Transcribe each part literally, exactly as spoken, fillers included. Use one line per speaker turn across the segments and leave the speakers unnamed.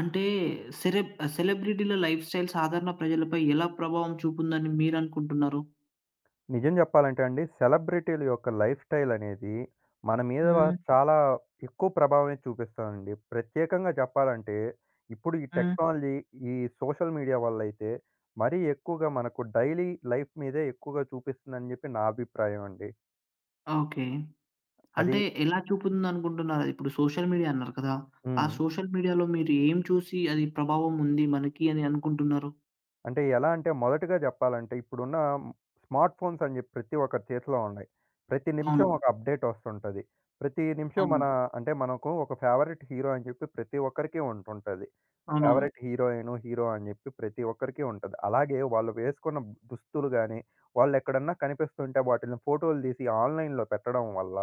అంటే celeb సెలబ్రిటీల life style సాధారణ ప్రజలపై ఎలా ప్రభావం చూపుందని మీరనుకుంటున్నారు?
నిజం చెప్పాలంటే అండి, సెలబ్రిటీల యొక్క లైఫ్ స్టైల్ అనేది మన మీద
హ్మ్.
హ్మ్. చాలా ఎక్కువ ప్రభావమే చూపిస్తాదండి. ప్రత్యేకంగా చెప్పాలంటే, ఇప్పుడు ఈ
హ్మ్.
టెక్నాలజీ, ఈ సోషల్ మీడియా వల్లైతే మరీ ఎక్కువగా మనకు డైలీ లైఫ్ మీదే ఎక్కువగా చూపిస్తుందని చెప్పి నా అభిప్రాయం అండి.
ఓకే.
అది
అంటే ఎలా చూపుతుందనుకుంటున్నారు? ఇప్పుడు సోషల్ మీడియా అన్నారు కదా! ఆ
హ్మ్.
సోషల్ మీడియాలో మీరు ఏం చూసి అది ప్రభావం ఉంది మనకి అని అనుకుంటున్నారు?
అంటే ఎలా అంటే మొదటగా చెప్పాలంటే ఇప్పుడున్న స్మార్ట్ ఫోన్స్ అని చెప్పి ప్రతి ఒక్కరి చేతిలో ఉన్నాయి. ప్రతి
అవును.
నిమిషం ఒక అప్డేట్ వస్తుంటది. ప్రతి నిమిషం
అవును.
మన అంటే మనకు ఒక ఫేవరెట్ హీరో అని చెప్పి ప్రతి ఒక్కరికి ఉంటుంటది.
అవునవును.
ఫేవరెట్ హీరోయిను, హీరో అని జెప్పి ప్రతి ఒక్కరికి ఉంటది. అలాగే వాళ్ళు వేసుకున్న దుస్తులు గాని, వాళ్ళెక్కడన్నా కనిపిస్తుంటే వాటిల్ని ఫోటోలు తీసి ఆన్‌లైన్‌లో పెట్టడం వల్ల,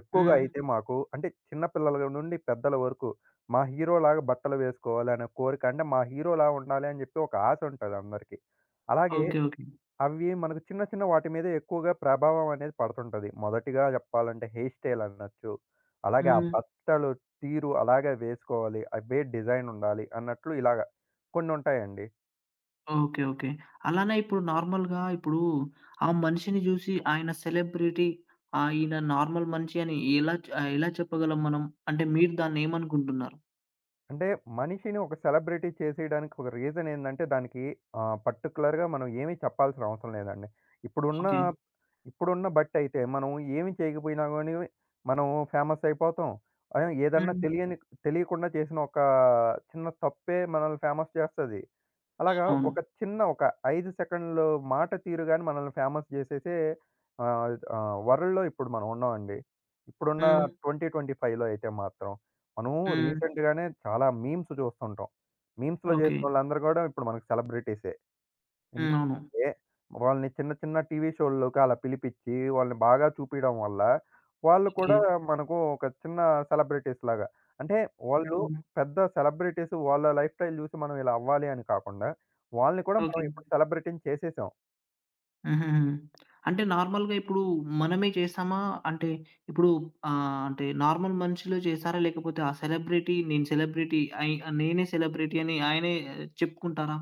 ఎక్కువగా
హ్మ్.
అయితే మాకు అంటే చిన్న పిల్లల నుండి పెద్దల వరకు మా హీరోలాగా బట్టలు వేసుకోవాలి అనే కోరిక. అంటే మా హీరోలా ఉండాలి అని జెప్పి ఒక ఆశ ఉంటది అందరికి. అలాగే
ఓకే. ఓకే.
అవి మనకు చిన్న చిన్న వాటి మీద ఎక్కువగా ప్రభావం అనేది పడుతుంటది. మొదటిగా జెప్పాలంటే హెయిర్ స్టైల్ అనొచ్చు. అలాగే ఆ
హ్మ్.
బట్టలు తీరు అలాగే వేసుకోవాలి. అవే డిజైన్ ఉండాలి అన్నట్లు ఇలాగ కొన్నుంటాయండి.
ఓకే. ఓకే. అలానే ఇప్పుడు నార్మల్‌గా ఇప్పుడు ఆ మనిషిని జూసి ఆయన సెలబ్రిటీ, ఆయన నార్మల్ మనిషి అని ఎలా చ్ ఆహ్, ఎలా చెప్పగలం మనం? అంటే మీరు దాన్నేమనుకుంటున్నారు?
అంటే మనిషిని ఒక సెలబ్రిటీ చేసేయడానికి ఒక రీజన్ ఏందంటే దానికి ఆహ్, పర్టిక్యులర్‌గా మనం ఏమి చెప్పాల్సిన అవసరం లేదండి. ఇప్పుడున్న
ఓకే.
హ్మ్. ఇప్పుడున్న బట్టయితే మనం ఏమి చేయకపోయినా గాని మనం ఫేమస్ అయిపోతాం. ఆహ్, ఏదన్నా
హ్మ్.
హ్మ్. తెలియని తెలియకుండా చేసిన ఒక చిన్న తప్పే మనల్ని ఫేమస్ చేస్తది. అలాగా హ్మ్.
అవును.
ఒక చిన్న ఒక ఐదు సెకండ్‌లు మాట తీరు గాని మనల్ని ఫేమస్ చేసేసే ఆహ్, ఆహ్, వరల్డ్‌లో ఇప్పుడు మనం ఉన్నామండి. ఇప్పుడున్న
హ్మ్.
హ్మ్. రెండు వేల ఇరవై ఐదులో అయితే మాత్రం. మనం
హ్మ్.
రీసెంట్ గానే చాలా మీమ్స్ చూస్తుంటాం. మీమ్స్‌లో
ఓకే.
చేసినోళ్ళందరూ కూడా ఇప్పుడు మనకు సెలబ్రిటీసే.
హ్మ్. అవును.
ఎందుకంటే వాళ్ళని చిన్న చిన్న టీవీ షోల్లోకి అలా పిలిపిచ్చి వాళ్ళని బాగా చూపియడం వల్ల వాళ్ళు
ఓకే.
కూడా మనకు ఒక చిన్న సెలబ్రిటీస్ లాగా. అంటే వాళ్ళు
హ్మ్.
పెద్ద సెలబ్రిటీస్ వాళ్ళ లైఫ్ స్టైల్ చూసి మనం ఇలా అవ్వాలి అని కాకుండా వాళ్ళని కూడా
ఓకే.
మనం ఇప్పుడు సెలబ్రిటీని చేసేసాం.
హుహుహు. అంటే నార్మల్‌గా ఇప్పుడు మనమే చేసామా? అంటే ఇప్పుడు ఆహ్, అంటే నార్మల్ మనుషులు చేసారా? లేకపోతే ఆ సెలబ్రిటీ నేను సెలబ్రిటీ అయి నేనే సెలబ్రిటీ అని ఆయనే చెప్పుకుంటారా?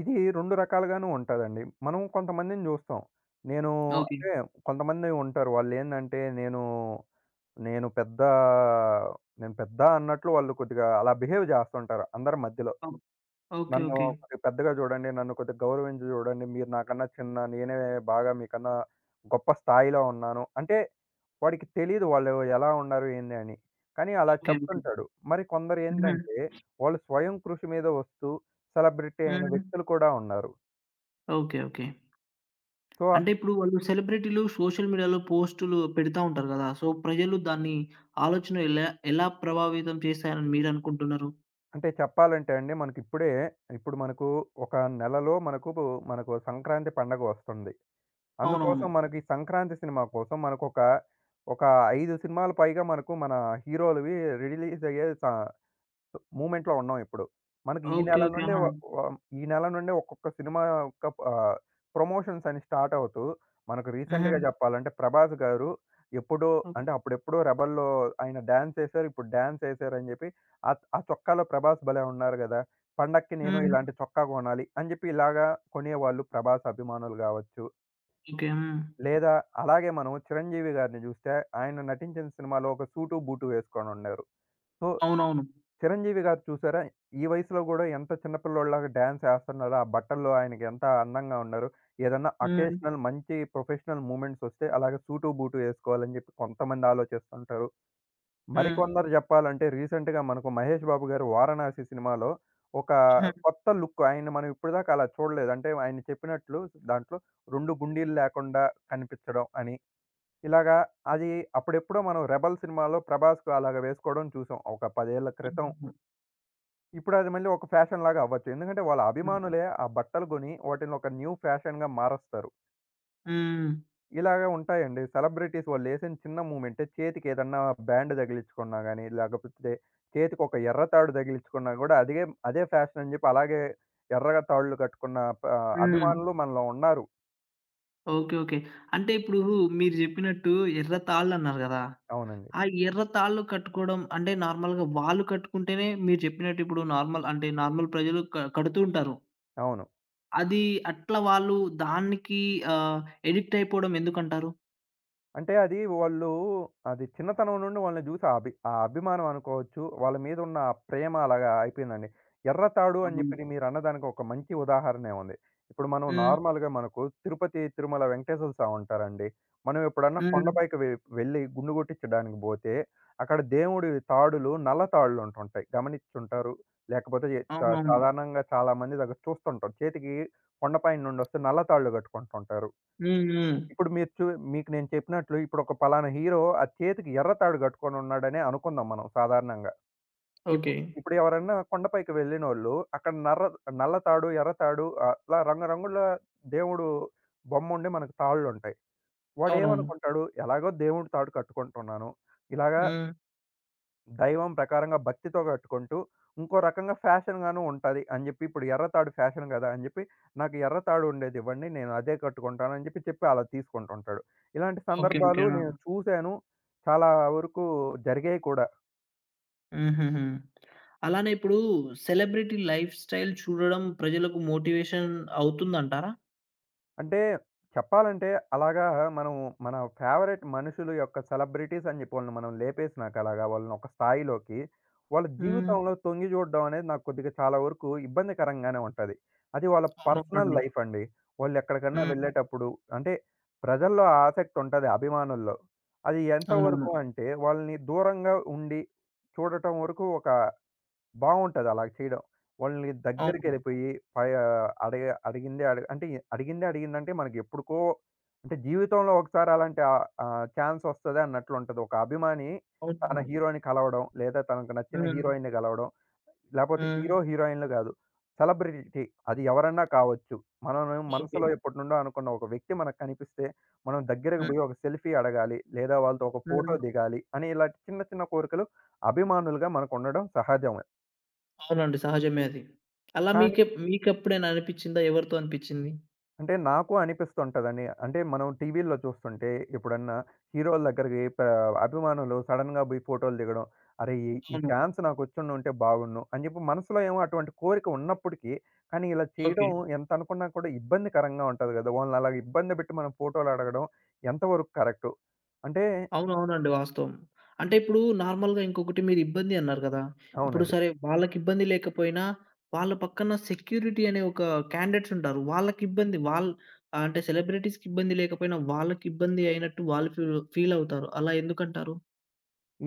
ఇది రెండు రకాలుగాను ఉంటదండి. మనం కొంతమందిని చూస్తాం. నేను
ఓకే.
అంటే కొంతమంది ఉంటారు. వాళ్ళేందంటే నేను నేను పెద్ద నేను పెద్ద అన్నట్లు వాళ్ళు కొద్దిగా అలా బిహేవ్ చేస్తుంటారు అందరి మధ్యలో.
ఓకే. ఓకే.
నన్ను
ఓకే.
కొద్దిగా పెద్దగా చూడండి, నన్ను కొద్దిగా గౌరవించి చూడండి. మీరు నాకన్నా చిన్న, నేనే బాగా మీకన్నా గొప్ప స్థాయిలో ఉన్నాను. అంటే వాడికి తెలీదు వాళ్ళు ఎలా ఉన్నారు ఏంది అని. కానీ అలా
ఓకే. ఓకే.
చెప్తుంటాడు. మరి కొందరు
హుహు.
ఏంటంటే వాళ్ళు స్వయం కృషి మీద వస్తూ సెలబ్రిటీ అయిన
హ్మ్.
వ్యక్తులు కూడా ఉన్నారు.
ఓకే. ఓకే.
సో,
అంటే ఇప్పుడు వాళ్ళు సెలబ్రిటీలు సోషల్ మీడియాలో పోస్టులు పెడతా ఉంటారు గదా! సో, ప్రజలు దాన్ని ఆలోచన ఎలా ఎలా ప్రభావితం చేశారని మీరనుకుంటున్నారు?
అంటే చెప్పాలంటే అండి మనకిప్పుడే ఇప్పుడు మనకు ఒక నెలలో మనకు మనకు సంక్రాంతి పండగ వస్తుంది.
అవునవును.
అందుకోసం మనకి సంక్రాంతి సినిమా కోసం మనకొక, ఒక ఐదు సినిమాలు పైగా మనకు మన హీరోలువి రిలీజ్ అయ్యే స మూవ్‌మెంట్‌లో ఉన్నాం ఇప్పుడు. మనకి ఈ
ఓకే.
నెల
ఓకే.
నుండే
ఆహా!
వ వ ఈ నెల నుండే ఒక్కొక్క సినిమా యొక్క ఆహ్, ప్రమోషన్స్ అని స్టార్ట్ అవుతూ, మనకు రీసెంట్‌గా
హుహు.
జెప్పాలంటే 'ప్రభాస్' గారు ఎప్పుడో
ఓహ్!
అంటే అప్పుడెప్పుడో 'రెబెల్‌లో' ఆయన డాన్స్ ఎసారు. ఇప్పుడు డాన్స్ ఎసారని జెప్పి ఆ ఆ చొక్కాలో 'ప్రభాస్' భలే ఉన్నారు గదా! పండక్కి నేను
హ్మ్.
ఇలాంటి చొక్కా గొనాలి అని జెప్పి ఇలాగా కొనేవాళ్ళు 'ప్రభాస్' అభిమానులు గావచ్చు.
ఓకే. హ్మ్.
లేదా అలాగే మనం చిరంజీవి గారిని చూస్తే ఆయన నటించిన సినిమాలో ఒక సూటు, బూటు వేసుకొని ఉన్నారు. సో,
అవునవును.
చిరంజీవి గారు చూసారా? ఈ వయసులో గూడా ఎంత చిన్న పిల్లోడిలాగా డాన్స్ ఏస్తన్నారో, ఆ బట్టల్లో ఆయనకి ఎంత అందంగా ఉన్నారు. ఏదన్నా
హ్మ్.
అకేషనల్ మంచి ప్రొఫెషనల్ మూవ్‌మెంట్స్ వస్తే అలాగే సూటు, బూటు ఏసుకోవాలని జెప్పి కొంతమంది ఆలోచిస్తుంటారు.
హ్మ్.
మరికొందరు జెప్పాలంటే రీసెంట్‌గా మనకు మహేష్ బాబు గారు 'వారణాసి' సినిమాలో ఒక కొత్త లుక్ ఆయన్ని మనం ఇప్పటిదాకా అలా చూడలేదు. అంటే ఆయన చెప్పినట్లు దాంట్లో రెండు గుండీలు లేకుండా కనిపించడం అని. ఇలాగా అది అప్పుడెప్పుడో మనం 'రెబెల్' సినిమాలో ప్రభాస్‌కు అలాగా వేసుకోవడం చూసాం. ఒక పది ఏళ్ల క్రితం.
హుహు.
ఇప్పుడు అది మళ్ళీ ఒక ఫ్యాషన్ లాగా అవ్వచ్చు. ఎందుకంటే వాళ్ళ
హ్మ్.
అభిమానులే ఆ బట్టలు కొని వాటిని ఒక న్యూ ఫ్యాషన్‌గా మారస్తారు.
హ్మ్.
ఇలాగే ఉంటాయండి. సెలబ్రిటీస్ వాళ్ళేసిన చిన్న మూవ్‌మెంటే చేతికి ఏదన్నా బ్యాండ్ తగిలించుకున్నా గాని, లేకపోతే చేతికి ఒక ఎర్ర తాడు తగిలించుకున్నా కూడా అదిగే అదే ఫ్యాషన్ అని చెప్పి అలాగే ఎర్రగా తాళ్ళు కట్టుకున్న ప
హ్మ్.
అభిమానులు మనలో ఉన్నారు.
ఓకే. ఓకే. అంటే ఇప్పుడు మీరు జెప్పినట్టు ఎర్ర తాళ్ళన్నారు గదా!
అవునండి.
ఆ ఎర్ర తాళ్ళు కట్టుకోవడం అంటే నార్మల్‌గా వాళ్ళు కట్టుకుంటేనే మీరు చెప్పినట్టు ఇప్పుడు నార్మల్ అంటే నార్మల్ ప్రజలు క కడుతూ ఉంటారు.
అవును.
అది అట్లా వాళ్ళు దానికి ఆహ్, అడిక్ట్ అయిపోవడం ఎందుకంటారు?
అంటే అది వాళ్ళు అది చిన్నతనం నుండి వాళ్ళని చూసి ఆ అభి ఆ అభిమానం అనుకోవచ్చు. వాళ్ళ మీద ఉన్న ఆ ప్రేమ అలాగా అయిపోయిందండి. 'ఎర్రతాడు' అని
అవును.
చెప్పి మీరన్నదానికి ఒక మంచి ఉదాహరణే ఉంది. ఇప్పుడు మనం
హ్మ్.
నార్మల్‌గా మనకు తిరుపతి, తిరుమల వెంకటేశ్వర స్వామి ఉంటారండి. మనం ఎప్పుడన్నా
హ్మ్.
కొండపైకి వె వెళ్ళి గుండు కొట్టించడానికి పోతే, అక్కడ దేవుడి తాడులు నల్ల తాడులు ఉంటుంటాయి. గమనించుంటారు. లేకపోతే ఎ స
అవునవును.
సాధారణంగా చాలామంది దగ్గర చూస్తుంటాం. చేతికి కొండపైన నుండి వస్తే నల్ల తాళ్ళు కట్టుకుంటుంటారు.
హ్మ్. హ్మ్.
ఇప్పుడు మీరు చు మీకు నేను చెప్పినట్లు ఇప్పుడు ఒక పలానా హీరో ఆ చేతికి ఎర్ర తాడు కట్టుకొని ఉన్నాడనే అనుకుందాం మనం సాధారణంగా.
ఓకే.
ఇప్పుడు ఇప్పుడు ఎవరన్నా కొండపైకి వెళ్ళినోళ్ళు అక్కడ నర్ర నల్ల తాడు, ఎర్ర తాడు అట్లా రంగురంగుల దేవుడు బొమ్ముండి మనకు తాళ్ళుంటాయి.
అవునవును.
వాడేమనుకుంటాడు ఎలాగో దేవుడి తాడు కట్టుకుంటున్నాను. ఇలాగా
హ్మ్.
దైవం ప్రకారంగా భక్తితో కట్టుకుంటూ, ఇంకో రకంగా ఫ్యాషన్‌గాను ఉంటది అని జెప్పి, ఇప్పుడు ఎర్ర తాడు ఫ్యాషన్ గదా! అని జెప్పి, నాకు ఎర్ర తాడు ఉండేదివ్వండి. నేను అదే కట్టుకుంటాను అని జెప్పి, చెప్పి అలా తీసుకుంటుంటాడు. ఇలాంటి
ఓకే. ఓకే.
సందర్భాలు
ఆ!
నేను చూసాను. చాలా వరకు జరిగాయి కూడా.
హుహుహు. అలానే ఇప్పుడు సెలబ్రిటీ లైఫ్ స్టైల్ చూడడం ప్రజలకు మోటివేషన్ అవుతుందంటారా?
అంటే చెప్పాలంటే అలాగా మనం మన ఫేవరెట్ మనుషులు యొక్క సెలబ్రిటీస్ అని చెప్పి వాళ్ళని మనం లేపేసినాక అలాగా వాళ్ళని ఒక స్థాయిలోకి వాళ్ళ
హ్మ్.
జీవితంలో తొంగి చూడడం అనేది నాకు కొద్దిగా చాలా వరకు ఇబ్బందికరంగానే ఉంటుంది. అది వాళ్ళ పర్సనల్
అవునవునండి.
లైఫ్ అండి. వాళ్ళు ఎక్కడికన్నా
హ్మ్.
వెళ్ళేటప్పుడు అంటే ప్రజల్లో ఆ ఆసక్తి ఉంటుంది అభిమానుల్లో. అది
అవునవును.
ఎంతవరకు అంటే వాళ్ళని దూరంగా ఉండి చూడటం వరకు ఒక బావుంటది అలా చేయడం. వాళ్ళని
అవును.
దగ్గరికెళ్ళిపోయి పై ఆహ్, అడిగ అడిగిందే అడిగ అంటే అడిగిందే అడిగిందంటే మనకెప్పుడుకో అంటే జీవితంలో ఒకసారి అలాంటి ఆహ్, ఆహ్, ఛాన్స్ వస్తది అన్నట్లుంటది. ఒక అభిమాని తన
అవునవును.
హీరో‌ని కలవడం, లేదా తనకు నచ్చిన
హ్మ్.
హీరోయిన్‌ని కలవడం,
ఆ!
లేపోతే హీరో, హీరోయిన్‌లు గాదు. సెలబ్రిటీ అది ఎవరన్నా కావచ్చు. మనం
ఓకే.
మనసులో ఎప్పటినుండో అనుకున్న ఒక వ్యక్తి మనకు కనిపిస్తే, మనం దగ్గరకి
ఆ!
పోయి ఒక సెల్ఫీ అడగాలి, లేదా వాళ్ళతో ఒక ఫోటో
ఆ!
దిగాలి అని ఇలాంటి చిన్న చిన్న కోరికలు అభిమానులుగా మనకుండడం సహజమే.
అవునండి. సహజమే అది. అలా
కానీ
మీకే మీకెప్పుడైనా అనిపిచ్చిందా? ఎవరితో అనిపిచ్చింది?
అంటే నాకు అనిపిస్తుంటదండి. అంటే మనం టీవీల్లో చూస్తుంటే ఎప్పుడన్నా హీరోల దగ్గరికి ప అభిమానులు సడెన్‌గా పోయి ఫోటోలు దిగడం. అరే! ఈ ఈ
అవును.
ఛాన్స్ నాకొచ్చుండుంటే బాగున్ను అని చెప్పి మనసులో ఏమో అటువంటి కోరిక ఉన్నప్పటికీ, కానీ ఇలా
ఓకే.
చేయడం ఎంత అనుకున్నా కూడా ఇబ్బందికరంగా ఉంటది గదా! వాళ్ళని అలాగ ఇబ్బంది పెట్టి మనం ఫోటోలు అడగడం ఎంతవరకు కరెక్టు? అంటే
అవునవునండి. వాస్తవం. అంటే ఇప్పుడు నార్మల్‌గా ఇంకొకటి మీరు ఇబ్బంది అన్నారు కదా! ఇప్పుడు
అవునండి.
సరే వాళ్ళకి ఇబ్బంది లేకపోయినా వాళ్ళ పక్కన సెక్యూరిటీ అనే ఒక క్యాండిడేట్స్ ఉంటారు. వాళ్ళకి ఇబ్బంది వాళ్ ఆహ్, అంటే సెలబ్రిటీస్‌కి ఇబ్బంది లేకపోయినా వాళ్ళకి ఇబ్బంది అయినట్టు వాళ్ళు ఫీల్ ఫీల్ అవుతారు. అలా ఎందుకంటారు?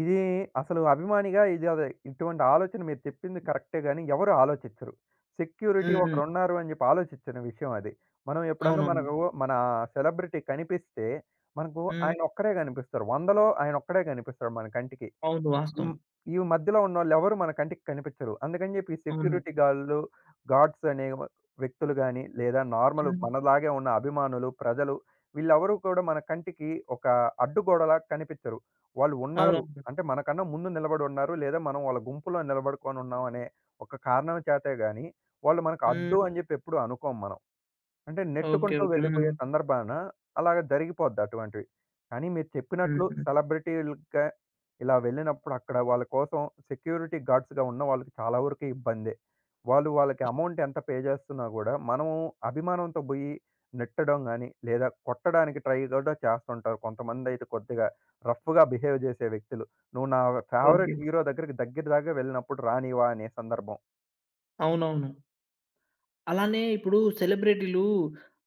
ఇది అసలు అభిమానిగా ఇది అదే ఇటువంటి ఆలోచన మీరు చెప్పింది కరెక్టే గాని, ఎవరు ఆలోచించరు. సెక్యూరిటీ
హ్మ్. హ్మ్.
ఒకరున్నారు అని చెప్పి ఆలోచించని విషయం అది. మనం ఎప్పుడన్నా
అవునవును.
మనకు మన సెలబ్రిటీ కనిపిస్తే, మనకు
హ్మ్.
ఆయన ఒక్కరే కనిపిస్తారు. వందలో ఆయన ఒక్కడే కనిపిస్తాడు మన కంటికి.
అవును.
ఈ
వాస్తవం.
ఈ మధ్యలో ఉన్నోళ్ళెవరు మన కంటికి కనిపించరు. అందుకని జెప్పి ఈ
అవును.
సెక్యూరిటీ గాళ్ళు, గార్డ్స్ అనే వ వ్యక్తులు గాని, లేదా నార్మల్
హ్మ్.
మనలాగే ఉన్న అభిమానులు, ప్రజలు వీళ్ళెవరూ కూడా మన కంటికి ఒక అడ్డుగోడలా కనిపించరు. వాళ్ళు ఉన్నారు.
అవునవును.
అంటే మనకన్నా ముందు నిలబడి ఉన్నారు. లేదా మనం వాళ్ళ గుంపులో నిలబడుకొని ఉన్నాం అనే ఒక కారణం చేతే గాని, వాళ్ళు మనకు అడ్డు
హ్మ్.
అని జెప్పి ఎప్పుడు అనుకోము మనం. అంటే
ఓకే.
నెట్టుకుంటూ
ఓకే.
వెళ్ళిపోయే
హ్మ్.
సందర్భాన అలాగ జరిగిపోద్ది అటువంటివి. కానీ మీరు చెప్పినట్లు
హుహు.
సెలబ్రిటీలుగా ఇలా వెళ్ళినప్పుడు అక్కడ వాళ్ళ కోసం సెక్యూరిటీ గార్డ్స్‌గా ఉన్న వాళ్ళకి చాలా వరకు ఇబ్బందే. వాళ్ళు వాళ్ళకి అమౌంట్ ఎంత పే చేస్తున్నా గూడా మనము అభిమానంతో బోయి నెట్టడం గాని, లేదా కొట్టడానికి ట్రై గూడా చేస్తుంటారు. కొంతమందైతే కొద్దిగా రఫ్‌గా బిహేవ్ చేసే వ్యక్తులు. నువ్వు నా
ఓకే.
ఫేవరెట్ హీరో దగ్గరికి దగ్గర దాకా వెళ్ళినప్పుడు రానివా అనే సందర్భం.
అవునవును. అలానే ఇప్పుడు సెలబ్రిటీలు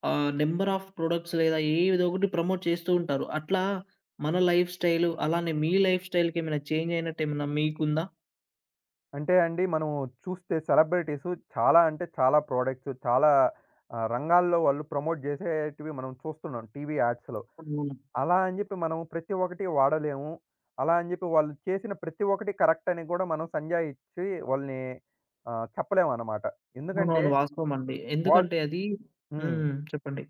ఆహ్, నంబర్ ఆఫ్ ప్రొడక్ట్స్ లేదా ఏదో ఒకటి ప్రమోట్ చేస్తూ ఉంటారు. అట్లా మన లైఫ్ స్టైల్ అలానే మీ లైఫ్ స్టైల్‌కి ఏమైనా చేంజ్ అయినట్టు ఏమన్నా మీకుందా?
అంటే అండి మనం చూస్తే సెలబ్రిటీస్ చాలా అంటే చాలా ప్రొడక్ట్స్ చాలా ఆహ్, రంగాల్లో వాళ్ళు ప్రమోట్ చేసేటివి మనం చూస్తున్నాం టీవీ యాడ్స్‌లో.
అవును.
అలా అని చెప్పి మనం ప్రతి ఒక్కటి వాడలేము. అలా అని చెప్పి వాళ్ళు చేసిన ప్రతి ఒక్కటి కరెక్ట్ అని కూడా మనం సంజాయిచ్చి వాళ్ళని ఆహ్, చెప్పలేమనమాట. ఎందుకంటే
అవునవును. వాస్తవం అండి.
వాళ్
ఎందుకంటే అది
హ్మ్.
హ్మ్. చెప్పండి.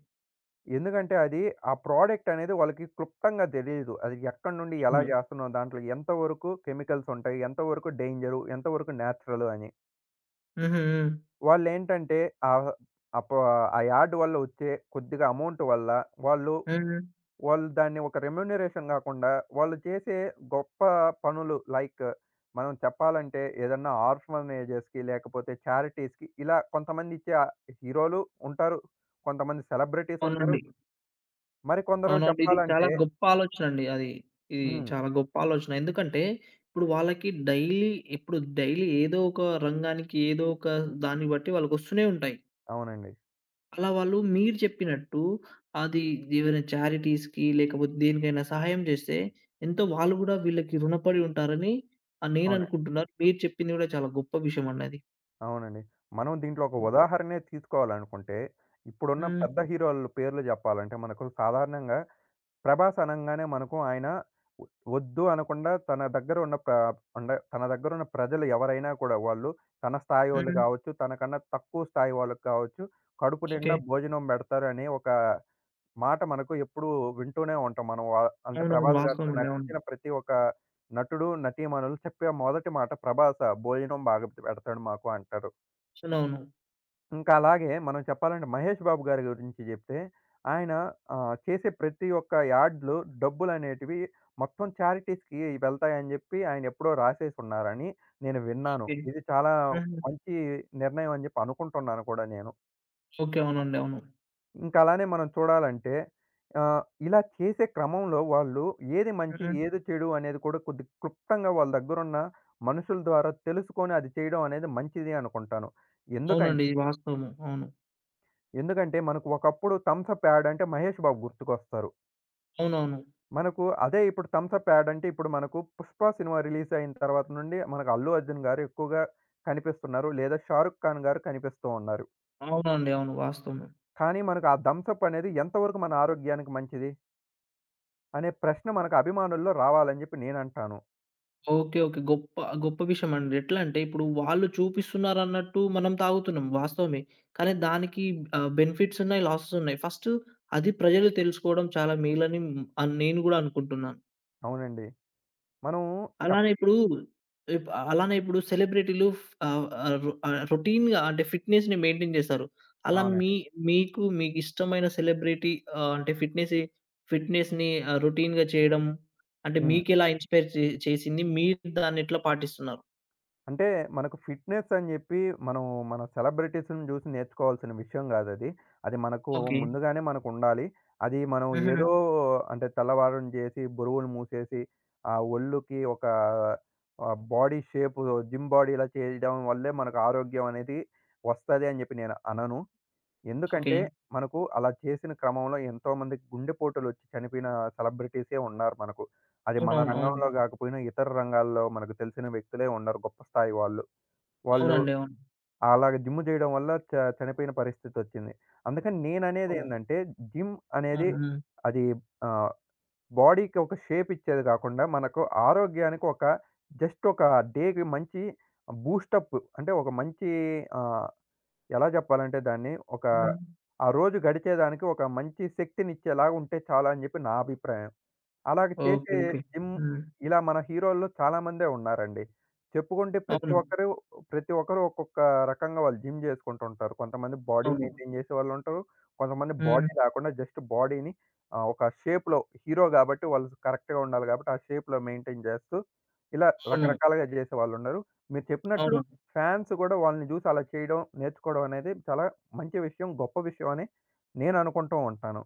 ఎందుకంటే అది ఆ ప్రొడక్ట్ అనేది వాళ్ళకి క్లుప్తంగా తెలీదు. అది ఎక్కడి నుండి ఎలా
హ్మ్.
చేస్తున్నాం? దాంట్లో ఎంతవరకు కెమికల్స్ ఉంటాయి? ఎంతవరకు డేంజరు? ఎంతవరకు నేచురల్ అని.
హుహు. హ్మ్.
వాళ్ళేంటంటే ఆహ్, అప్ ఆ యార్డ్ వల్ల వచ్చే కొద్దిగా అమౌంట్ వల్ల వాళ్ళు,
హ్మ్.
వాళ్ళు దాన్ని ఒక రెమ్యూనరేషన్ గాకుండా వాళ్ళు చేసే గొప్ప పనులు లైక్ మనం చెప్పాలంటే ఏదన్నా ఆర్ఫనేజెస్‌కి లేకపోతే చారిటీస్‌కి ఇలా కొంతమంది ఇచ్చే హీరోలు ఉంటారు. కొంతమంది సెలబ్రిటీస్ ఉంటారు.
అవునండి.
మరికొందరు
అవునండి. ఇది చాలా
చెప్పాలంటే
గొప్ప ఆలోచనండి అది. ఇది
హ్మ్.
చాలా గొప్ప ఆలోచన. ఎందుకంటే, ఇప్పుడు వాళ్ళకి డైలీ ఇప్పుడు డైలీ ఏదో ఒక రంగానికి, ఏదో ఒక దాన్ని బట్టి వాళ్ళకొస్తూనే ఉంటాయి.
అవునండి.
అలా వాళ్ళు మీరు చెప్పినట్టు అది ఏవైనా చారిటీస్‌కి లేకపోతే దేనికైనా సహాయం చేస్తే, ఎంతో వాళ్ళు గూడా వీళ్ళకి రుణపడి ఉంటారని ఆహ్,
అవును.
నేననుకుంటున్నాను. మీరు చెప్పింది గూడా చాలా గొప్ప విషయమండి అది.
అవునండి. మనం దీంట్లో ఒక ఉదాహరణే తీసుకోవాలనుకుంటే ఇప్పుడున్న
హ్మ్.
పెద్ద హీరోల పేర్లు జెప్పాలంటే మనకు సాధారణంగా ప్రభాస్ అనంగానే మనకు ఆయన వద్దు అనకుండా తన దగ్గర ఉన్న ప్ర ఉండ తన దగ్గర ఉన్న ప్రజలు ఎవరైనా కూడా వాళ్ళు తన స్థాయి వాళ్ళు
హ్మ్.
కావచ్చు, తనకన్నా తక్కువ స్థాయి వాళ్ళకి కావచ్చు, కడుపు
ఓకే.
నిండా భోజనం పెడతారు అనే ఒక మాట మనకు ఎప్పుడూ వింటూనే ఉంటాం. మనం వా అంటే
అవునవును.
ప్రభాస్ గారితో
వాస్తవమండి. అవును.
నటించిన ప్రతి ఒక్క నటుడు, నటీమణులు చెప్పే మొదటి మాట ప్రభాస భోజనం బాగా పెడతాడు మాకు అంటారు.
అవునవును.
ఇంకా అలాగే మనం చెప్పాలంటే మహేష్ బాబు గారి గురించి జెప్తే, ఆయన ఆహ్, చేసే ప్రతి ఒక్క యాడ్‌లో డబ్బులనేటివి మొత్తం చారిటీస్‌కి వెళ్తాయని జెప్పి ఆయన ఎప్పుడో రాసేసున్నారని నేను విన్నాను.
ఓకే.
ఇది చాలా
హుహు.
మంచి నిర్ణయం అని జెప్పి అనుకుంటున్నాను కూడా నేను.
ఓకే. అవునండి. అవును.
ఇంకా అలానే మనం చూడాలంటే ఆహ్, ఇలా చేసే క్రమంలో వాళ్ళు ఏది మంచి,
హ్మ్.
ఏది చెడు అనేది కూడా కొద్ది క్లుప్తంగా వాళ్ళ దగ్గరున్న మనుషుల ద్వారా తెలుసుకొని అది చేయడం అనేది మంచిది అనుకుంటాను. ఎందుకం
అవునండి. ఇది వాస్తవము. అవును.
ఎందుకంటే మనకు ఒకప్పుడు థమ్సప్ యాడ్ అంటే మహేష్ బాబు గుర్తుకొస్తారు.
అవునవును.
మనకు అదే ఇప్పుడు థమ్సప్ యాడ్ అంటే ఇప్పుడు మనకు 'పుష్ప' సినిమా రిలీజ్ అయిన తర్వాత నుండి మనకు 'అల్లు అర్జున్' గారు ఎక్కువగా కనిపిస్తున్నారు. లేదా 'షారుక్ ఖాన్' గారు కనిపిస్తూ ఉన్నారు.
అవునండి. అవును. వాస్తవమే.
కానీ మనకు ఆ థమ్సప్ అనేది ఎంతవరకు మన ఆరోగ్యానికి మంచిది? అనే ప్రశ్న మనకు అభిమానుల్లో రావాలని జెప్పి నేనంటాను.
ఓకే. ఓకే. గొప్ప గొప్ప విషయమండి. ఎట్లా అంటే ఇప్పుడు వాళ్ళు చూపిస్తున్నారన్నట్టు మనం తాగుతున్నాం వాస్తవమే. కానీ దానికి ఆహ్, బెనిఫిట్స్ ఉన్నాయి, లాసెస్ ఉన్నాయి. ఫస్ట్ అది ప్రజలు తెలుసుకోవడం చాలా మేలని హ్మ్, ఆహ్, నేను గూడా అనుకుంటున్నాను.
అవునండి. మనం చెప్
అలానే ఇప్పుడు ఇప్ అలానే ఇప్పుడు సెలబ్రిటీలు ఫ్ ఆహ్, ఆహ్, రొ ఆహ్, రొటీన్‌గా అంటే ఫిట్‌నెస్‌ని మెయింటైన్ చేస్తారు. అలా మీ
అవునండి.
మీకు మీకిష్టమైన సెలబ్రిటీ ఆహ్, అంటే ఫిట్‌నెసే ఫిట్‌నెస్‌ని ఆహ్, రొటీన్‌గా చేయడం అంటే
హ్మ్.
మీకెలా ఇన్‌స్పైర్ చే చేసింది? మీరు దాన్నెట్లా పాటిస్తున్నారు?
అంటే మనకు ఫిట్‌నెస్ అని జెప్పి మనం మన సెలబ్రిటీస్‌ని జూసి నేర్చుకోవాల్సిన విషయం గాదది. అది అది మనకు
ఓకే.
ముందుగానే మనకుండాలి. అది మనం
హుహు.
ఏదో అంటే తెల్లవారం జేసి, బురువులు మూసేసి, ఆ ఒళ్ళుకి ఒక ఆహ్, బాడీ షేపు జిమ్ బాడీలా చేయడం వల్లే మనకు ఆరోగ్యం అనేది వస్తది అని జెప్పి నేను అనను.
ఓకే.
ఎందుకంటే మనకు అలా చేసిన క్రమంలో ఎంతోమంది గుండెపోటులొచ్చి చనిపోయిన సెలబ్రిటీసే ఉన్నారు మనకు. అది మన ఓకే.
అవునవును. అవును.
రంగంలో గాకపోయినా ఇతర రంగాల్లో మనకు తెలిసిన వ్యక్తులే ఉన్నారు గొప్ప స్థాయి వాళ్ళు. వాళ్ళు
అవునండి. అవును.
అలాగ జిమ్ జేయడం వల్ల చ చనిపోయిన పరిస్థితొచ్చింది. అందుకని
అవును.
నేననేదేందంటే జిమ్ అనేది
అవును.
అది ఆహ్, బాడీకి ఒక షేప్ ఇచ్చేది గాకుండా మనకు ఆరోగ్యానికి ఒక జస్ట్ ఒక డేకి మంచి బూస్టప్ అంటే ఒక మంచి ఆహ్ ఎలా చెప్పాలంటే దాన్ని ఒక
హ్మ్. హ్మ్.
ఆ రోజు గడిచేదానికి ఒక మంచి శక్తినిచ్చేలాగా ఉంటే చాలా అని చెప్పి నా అభిప్రాయం. అలాగ
ఓకే.
చేసే
ఓకే.
జిమ్
హ్మ్.
ఇలా మన హీరోల్లో చాలామందే ఉన్నారండి. చెప్పుకుంటే ప్రతి
అవును.
ఒక్కరు, ప్రతి ఒక్కరు ఒక్కొక్క రకంగా వాళ్ళు జిమ్ చేసుకుంటుంటారు. కొంతమంది బాడీ
అవును.
మెయింటైన్ చేసేవాళ్ళుంటారు. కొంతమంది
హ్మ్.
బాడీ లేకుండా జస్ట్ బాడీని ఆహ్, ఒక షేప్‌లో హీరో గాబట్టి వాళ్ళు కరెక్ట్‌గా ఉండాలి గాబట్టి ఆ షేప్‌లో మెయింటైన్ చేస్తూ ఇలా
అవును.
రకరకాలుగా చేసేవాళ్ళున్నారు. మీరు చెప్పినట్లు
అవును.
ఫ్యాన్స్ గూడా వాళ్ళని చూసి అలా చేయడం, నేర్చుకోవడం అనేది చాలా మంచి విషయం, గొప్ప విషయం అని నేను అనుకుంటూ ఉంటాను.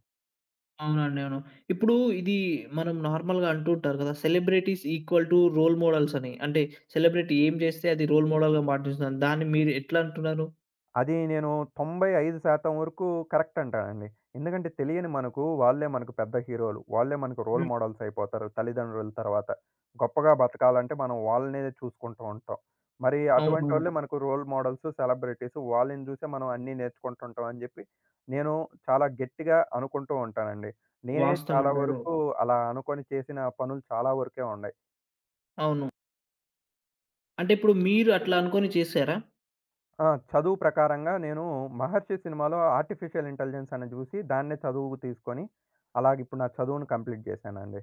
అవునండి. అవును. ఇప్పుడు ఇది మనం నార్మల్‌గా అంటూ ఉంటారు కదా! Celebrities equal to role models అని. అంటే సెలబ్రిటీ ఏం చేస్తే అది రోల్ మోడల్‌గా మార్చేస్తున్నారు. దాన్ని మీరు ఎట్లా అంటున్నారు?
అది నేను తొంభై ఐదు శాతం వరకు కరెక్ట్ అంటానండి. ఎందుకంటే తెలియని మనకు వాళ్ళే మనకు పెద్ద హీరోలు. వాళ్ళే మనకు రోల్
హ్మ్.
మోడల్స్ అయిపోతారు తల్లిదండ్రుల తర్వాత. గొప్పగా బతకాలంటే మనం వాళ్ళనే చూసుకుంటూ ఉంటాం. మరి
అవునవును.
అటువంటోళ్ళే మనకు రోల్ మోడల్స్, సెలబ్రిటీస్ వాళ్ళని చూసే మనం అన్నీ నేర్చుకుంటుంటాం అని చెప్పి నేను చాలా గట్టిగా అనుకుంటూ ఉంటానండి. నేనే
వాస్తవం
చాలా
అండి. అది.
వరకు అలా అనుకోని చేసిన పనులు చాలా వరకే ఉన్నాయి.
అవును. అంటే ఇప్పుడు మీరు అట్లా అనుకోని చేసారా?
ఆ! చదువు ప్రకారంగా నేను 'మహర్షి' సినిమాలో ఆర్టిఫిషియల్ ఇంటెలిజెన్స్ అని జూసి, దాన్నే చదువుకు తీసుకొని, అలాగిప్పుడు నా చదువును కంప్లీట్ జేశానండి.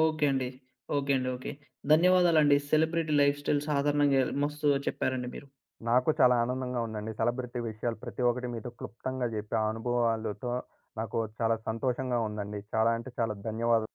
ఓకే అండి. ఓకే అండి. ఓకే. ధన్యవాదాలండి. సెలబ్రిటీ లైఫ్ స్టైల్ సాధారణంగా మస్తు చెప్పారండి మీరు.
నాకు చాలా ఆనందంగా ఉందండి. సెలబ్రిటీ విషయాలు ప్రతి ఒక్కటి మీతో క్లుప్తంగా జెప్పి, ఆ అనుభవాలతో నాకు చాలా సంతోషంగా ఉందండి. చాలా అంటే చాలా ధన్యవాదాలు.